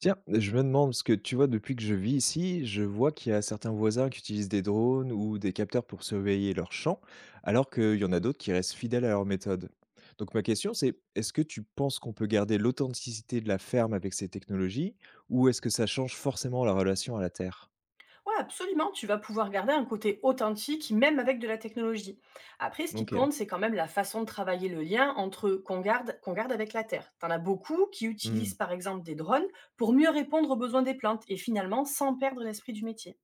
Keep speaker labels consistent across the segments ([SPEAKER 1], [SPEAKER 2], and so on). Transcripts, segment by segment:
[SPEAKER 1] Tiens, je me demande, parce que tu vois, depuis que je vis ici, je vois qu'il y a certains voisins qui utilisent des drones ou des capteurs pour surveiller leurs champs, alors qu'il y en a d'autres qui restent fidèles à leur méthode. Donc ma question, c'est, est-ce que tu penses qu'on peut garder l'authenticité de la ferme avec ces technologies, ou est-ce que ça change forcément la relation à la terre?
[SPEAKER 2] Ouais, absolument, tu vas pouvoir garder un côté authentique, même avec de la technologie. Après, ce qui
[SPEAKER 1] Ok.
[SPEAKER 2] compte, c'est quand même la façon de travailler le lien entre qu'on garde avec la terre. T'en as beaucoup qui utilisent
[SPEAKER 1] Hmm.
[SPEAKER 2] par exemple des drones pour mieux répondre aux besoins des plantes et finalement sans perdre l'esprit du métier.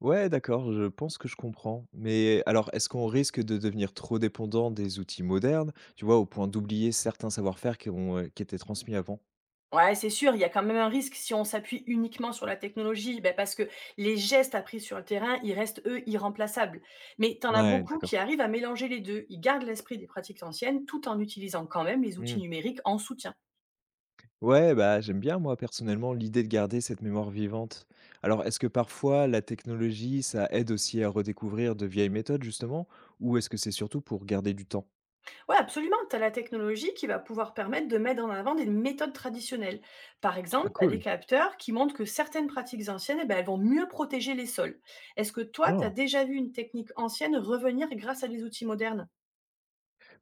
[SPEAKER 1] Ouais, d'accord, je pense que je comprends. Mais alors, est-ce qu'on risque de devenir trop dépendant des outils modernes, tu vois, au point d'oublier certains savoir-faire qui, ont, qui étaient transmis avant?
[SPEAKER 2] Ouais, c'est sûr, il y a quand même un risque si on s'appuie uniquement sur la technologie, ben parce que les gestes appris sur le terrain, ils restent eux irremplaçables. Mais t'en as
[SPEAKER 1] Ouais,
[SPEAKER 2] beaucoup
[SPEAKER 1] d'accord.
[SPEAKER 2] qui arrivent à mélanger les deux. Ils gardent l'esprit des pratiques anciennes tout en utilisant quand même les outils
[SPEAKER 1] Hmm.
[SPEAKER 2] numériques en soutien.
[SPEAKER 1] Ouais, bah, j'aime bien moi personnellement l'idée de garder cette mémoire vivante. Alors, est-ce que parfois la technologie, ça aide aussi à redécouvrir de vieilles méthodes justement, ou est-ce que c'est surtout pour garder du temps?
[SPEAKER 2] Ouais, absolument. Tu as la technologie qui va pouvoir permettre de mettre en avant des méthodes traditionnelles. Par
[SPEAKER 1] Ah
[SPEAKER 2] exemple, tu as des
[SPEAKER 1] cool.
[SPEAKER 2] capteurs qui montrent que certaines pratiques anciennes, eh ben, elles vont mieux protéger les sols. Est-ce que toi, tu as
[SPEAKER 1] Oh.
[SPEAKER 2] déjà vu une technique ancienne revenir grâce à des outils modernes?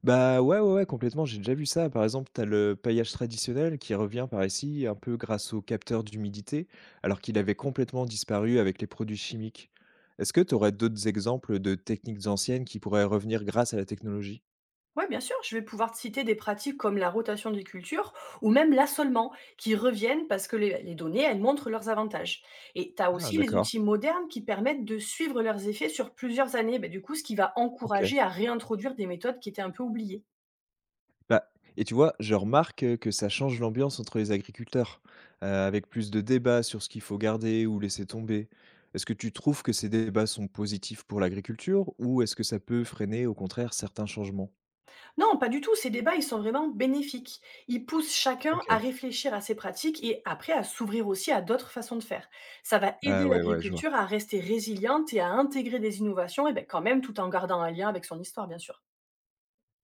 [SPEAKER 1] Bah ouais, ouais, ouais, complètement, j'ai déjà vu ça. Par exemple, t'as le paillage traditionnel qui revient par ici un peu grâce au capteur d'humidité, alors qu'il avait complètement disparu avec les produits chimiques. Est-ce que t'aurais d'autres exemples de techniques anciennes qui pourraient revenir grâce à la technologie?
[SPEAKER 2] Oui, bien sûr. Je vais pouvoir te citer des pratiques comme la rotation des cultures ou même l'assolement qui reviennent parce que les données, elles montrent leurs avantages. Et tu as
[SPEAKER 1] Ah
[SPEAKER 2] aussi les
[SPEAKER 1] d'accord,
[SPEAKER 2] outils modernes qui permettent de suivre leurs effets sur plusieurs années. Ben, du coup, ce qui va
[SPEAKER 1] ok.
[SPEAKER 2] encourager à réintroduire des méthodes qui étaient un peu oubliées.
[SPEAKER 1] Bah, et tu vois, je remarque, que ça change l'ambiance entre les agriculteurs, avec plus de débats sur ce qu'il faut garder ou laisser tomber. Est-ce que tu trouves que ces débats sont positifs pour l'agriculture ou est-ce que ça peut freiner, au contraire, certains changements?
[SPEAKER 2] Non, pas du tout. Ces débats, ils sont vraiment bénéfiques. Ils poussent chacun à
[SPEAKER 1] OK.
[SPEAKER 2] réfléchir à ses pratiques et après à s'ouvrir aussi à d'autres façons de faire. Ça va
[SPEAKER 1] Ah
[SPEAKER 2] aider
[SPEAKER 1] ouais, ouais, je vois.
[SPEAKER 2] l'agriculture à rester résiliente et à intégrer des innovations, et ben quand même tout en gardant un lien avec son histoire, bien sûr.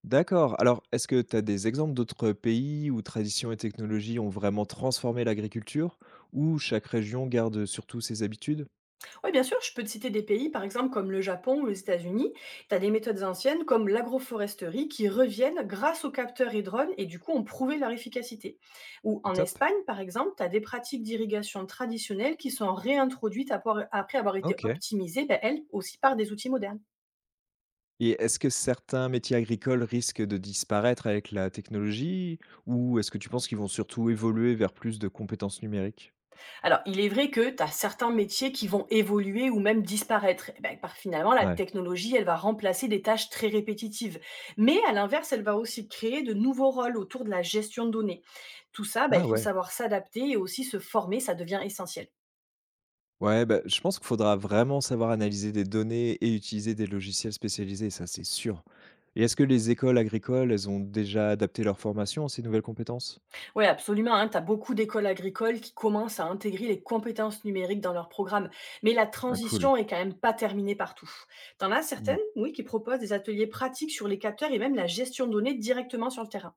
[SPEAKER 1] D'accord. Alors, est-ce que tu as des exemples d'autres pays où tradition et technologie ont vraiment transformé l'agriculture, ou chaque région garde surtout ses habitudes?
[SPEAKER 2] Ouais, bien sûr, je peux te citer des pays, par exemple, comme le Japon ou les États-Unis. Tu as des méthodes anciennes comme l'agroforesterie qui reviennent grâce aux capteurs et drones et du coup ont prouvé leur efficacité. Ou en
[SPEAKER 1] Top.
[SPEAKER 2] Espagne, par exemple, tu as des pratiques d'irrigation traditionnelles qui sont réintroduites après avoir été
[SPEAKER 1] OK.
[SPEAKER 2] optimisées, ben, elles aussi par des outils modernes.
[SPEAKER 1] Et est-ce que certains métiers agricoles risquent de disparaître avec la technologie? Ou est-ce que tu penses qu'ils vont surtout évoluer vers plus de compétences numériques?
[SPEAKER 2] Alors, il est vrai que tu as certains métiers qui vont évoluer ou même disparaître. Eh ben, par finalement, la
[SPEAKER 1] Ouais.
[SPEAKER 2] technologie, elle va remplacer des tâches très répétitives. Mais à l'inverse, elle va aussi créer de nouveaux rôles autour de la gestion de données. Tout ça, ben,
[SPEAKER 1] Ah
[SPEAKER 2] il faut
[SPEAKER 1] ouais.
[SPEAKER 2] savoir s'adapter et aussi se former, ça devient essentiel.
[SPEAKER 1] Ouais, bah, je pense qu'il faudra vraiment savoir analyser des données et utiliser des logiciels spécialisés, ça c'est sûr. Et est-ce que les écoles agricoles, elles ont déjà adapté leur formation à ces nouvelles compétences?
[SPEAKER 2] Oui, absolument. Hein, tu as beaucoup d'écoles agricoles qui commencent à intégrer les compétences numériques dans leurs programmes. Mais la
[SPEAKER 1] Ah, cool.
[SPEAKER 2] transition est quand même pas terminée partout. Tu en as certaines, oui, qui proposent des ateliers pratiques sur les capteurs et même la gestion de données directement sur le terrain.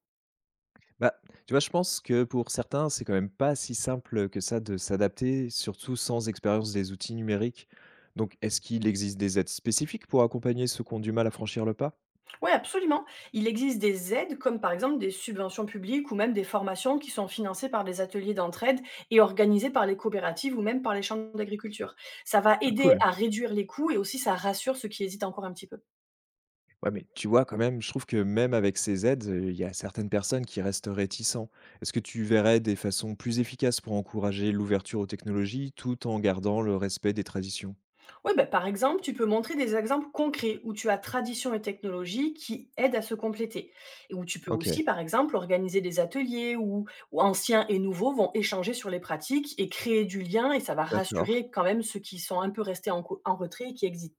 [SPEAKER 1] Bah, tu vois, je pense que pour certains, c'est quand même pas si simple que ça de s'adapter, surtout sans expérience des outils numériques. Donc, est-ce qu'il existe des aides spécifiques pour accompagner ceux qui ont du mal à franchir le pas?
[SPEAKER 2] Oui, absolument. Il existe des aides, comme par exemple des subventions publiques ou même des formations qui sont financées par des ateliers d'entraide et organisées par les coopératives ou même par les chambres d'agriculture. Ça va
[SPEAKER 1] Ah,
[SPEAKER 2] aider
[SPEAKER 1] cool.
[SPEAKER 2] à réduire les coûts et aussi ça rassure ceux qui hésitent encore un petit peu.
[SPEAKER 1] Ouais, mais tu vois, quand même, je trouve que même avec ces aides, il y a certaines personnes qui restent réticents. Est-ce que tu verrais des façons plus efficaces pour encourager l'ouverture aux technologies tout en gardant le respect des traditions?
[SPEAKER 2] Oui, par exemple, tu peux montrer des exemples concrets où tu as tradition et technologie qui aident à se compléter. Et où tu peux
[SPEAKER 1] Ok,
[SPEAKER 2] aussi, par exemple, organiser des ateliers où anciens et nouveaux vont échanger sur les pratiques et créer du lien et ça va
[SPEAKER 1] d'accord.
[SPEAKER 2] rassurer quand même ceux qui sont un peu restés en retrait et qui existent.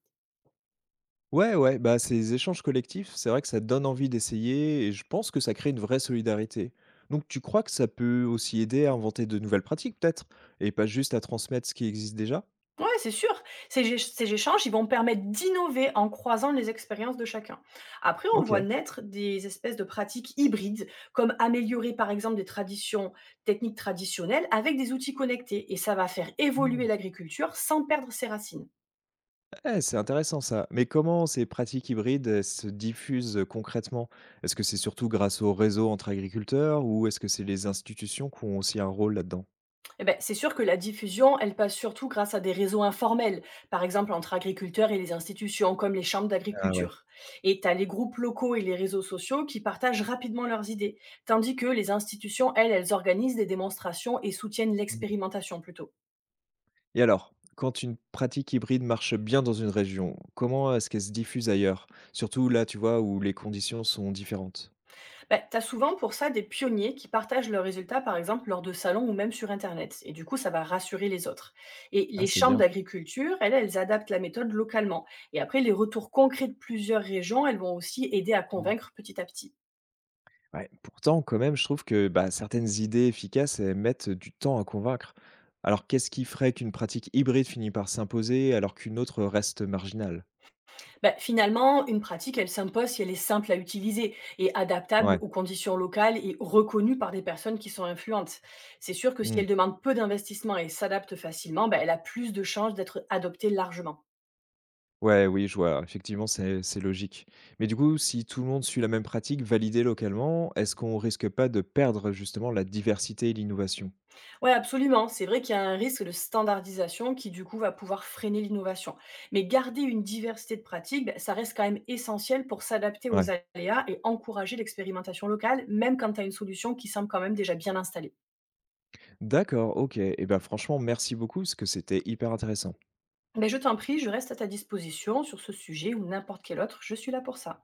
[SPEAKER 1] Ouais, ouais, bah, ces échanges collectifs, c'est vrai que ça donne envie d'essayer et je pense que ça crée une vraie solidarité. Donc tu crois que ça peut aussi aider à inventer de nouvelles pratiques peut-être et pas juste à transmettre ce qui existe déjà?
[SPEAKER 2] Ouais, c'est sûr. Ces échanges, ils vont permettre d'innover en croisant les expériences de chacun. Après, on
[SPEAKER 1] Ok.
[SPEAKER 2] voit naître des espèces de pratiques hybrides, comme améliorer par exemple des traditions, techniques traditionnelles avec des outils connectés. Et ça va faire évoluer
[SPEAKER 1] Mm.
[SPEAKER 2] l'agriculture sans perdre ses racines.
[SPEAKER 1] Eh, c'est intéressant ça. Mais comment ces pratiques hybrides elles se diffusent concrètement? Est-ce que c'est surtout grâce au réseau entre agriculteurs ou est-ce que c'est les institutions qui ont aussi un rôle là-dedans?
[SPEAKER 2] Eh ben, c'est sûr que la diffusion, elle passe surtout grâce à des réseaux informels, par exemple entre agriculteurs et les institutions, comme les chambres
[SPEAKER 1] Ah ouais.
[SPEAKER 2] d'agriculture. Et tu as les groupes locaux et les réseaux sociaux qui partagent rapidement leurs idées, tandis que les institutions, elles, elles organisent des démonstrations et soutiennent l'expérimentation plutôt.
[SPEAKER 1] Et alors, quand une pratique hybride marche bien dans une région, comment est-ce qu'elle se diffuse ailleurs? Surtout là, tu vois, où les conditions sont différentes.
[SPEAKER 2] Bah, tu as souvent pour ça des pionniers qui partagent leurs résultats, par exemple, lors de salons ou même sur Internet. Et du coup, ça va rassurer les autres. Et
[SPEAKER 1] Ah,
[SPEAKER 2] les
[SPEAKER 1] c'est
[SPEAKER 2] chambres
[SPEAKER 1] bien.
[SPEAKER 2] d'agriculture, elles, elles adaptent la méthode localement. Et après, les retours concrets de plusieurs régions, elles vont aussi aider à
[SPEAKER 1] Mmh.
[SPEAKER 2] convaincre petit à petit.
[SPEAKER 1] Ouais, pourtant, quand même, je trouve que bah, certaines idées efficaces, elles mettent du temps à convaincre. Alors, qu'est-ce qui ferait qu'une pratique hybride finit par s'imposer alors qu'une autre reste marginale?
[SPEAKER 2] Bah, finalement, une pratique, elle s'impose si elle est simple à utiliser et adaptable
[SPEAKER 1] Ouais.
[SPEAKER 2] aux conditions locales et reconnue par des personnes qui sont influentes. C'est sûr que si
[SPEAKER 1] Mmh.
[SPEAKER 2] elle demande peu d'investissement et s'adapte facilement, bah, elle a plus de chances d'être adoptée largement.
[SPEAKER 1] Ouais, oui, je vois. Effectivement, c'est logique. Mais du coup, si tout le monde suit la même pratique validée localement, est-ce qu'on risque pas de perdre justement la diversité et l'innovation?
[SPEAKER 2] Ouais, absolument. C'est vrai qu'il y a un risque de standardisation qui, du coup, va pouvoir freiner l'innovation. Mais garder une diversité de pratiques, ben, ça reste quand même essentiel pour s'adapter
[SPEAKER 1] Ouais.
[SPEAKER 2] aux aléas et encourager l'expérimentation locale, même quand tu as une solution qui semble quand même déjà bien installée.
[SPEAKER 1] D'accord, OK et ben franchement merci beaucoup parce que c'était hyper intéressant.
[SPEAKER 2] Mais je t'en prie, je reste à ta disposition sur ce sujet ou n'importe quel autre. Je suis là pour ça.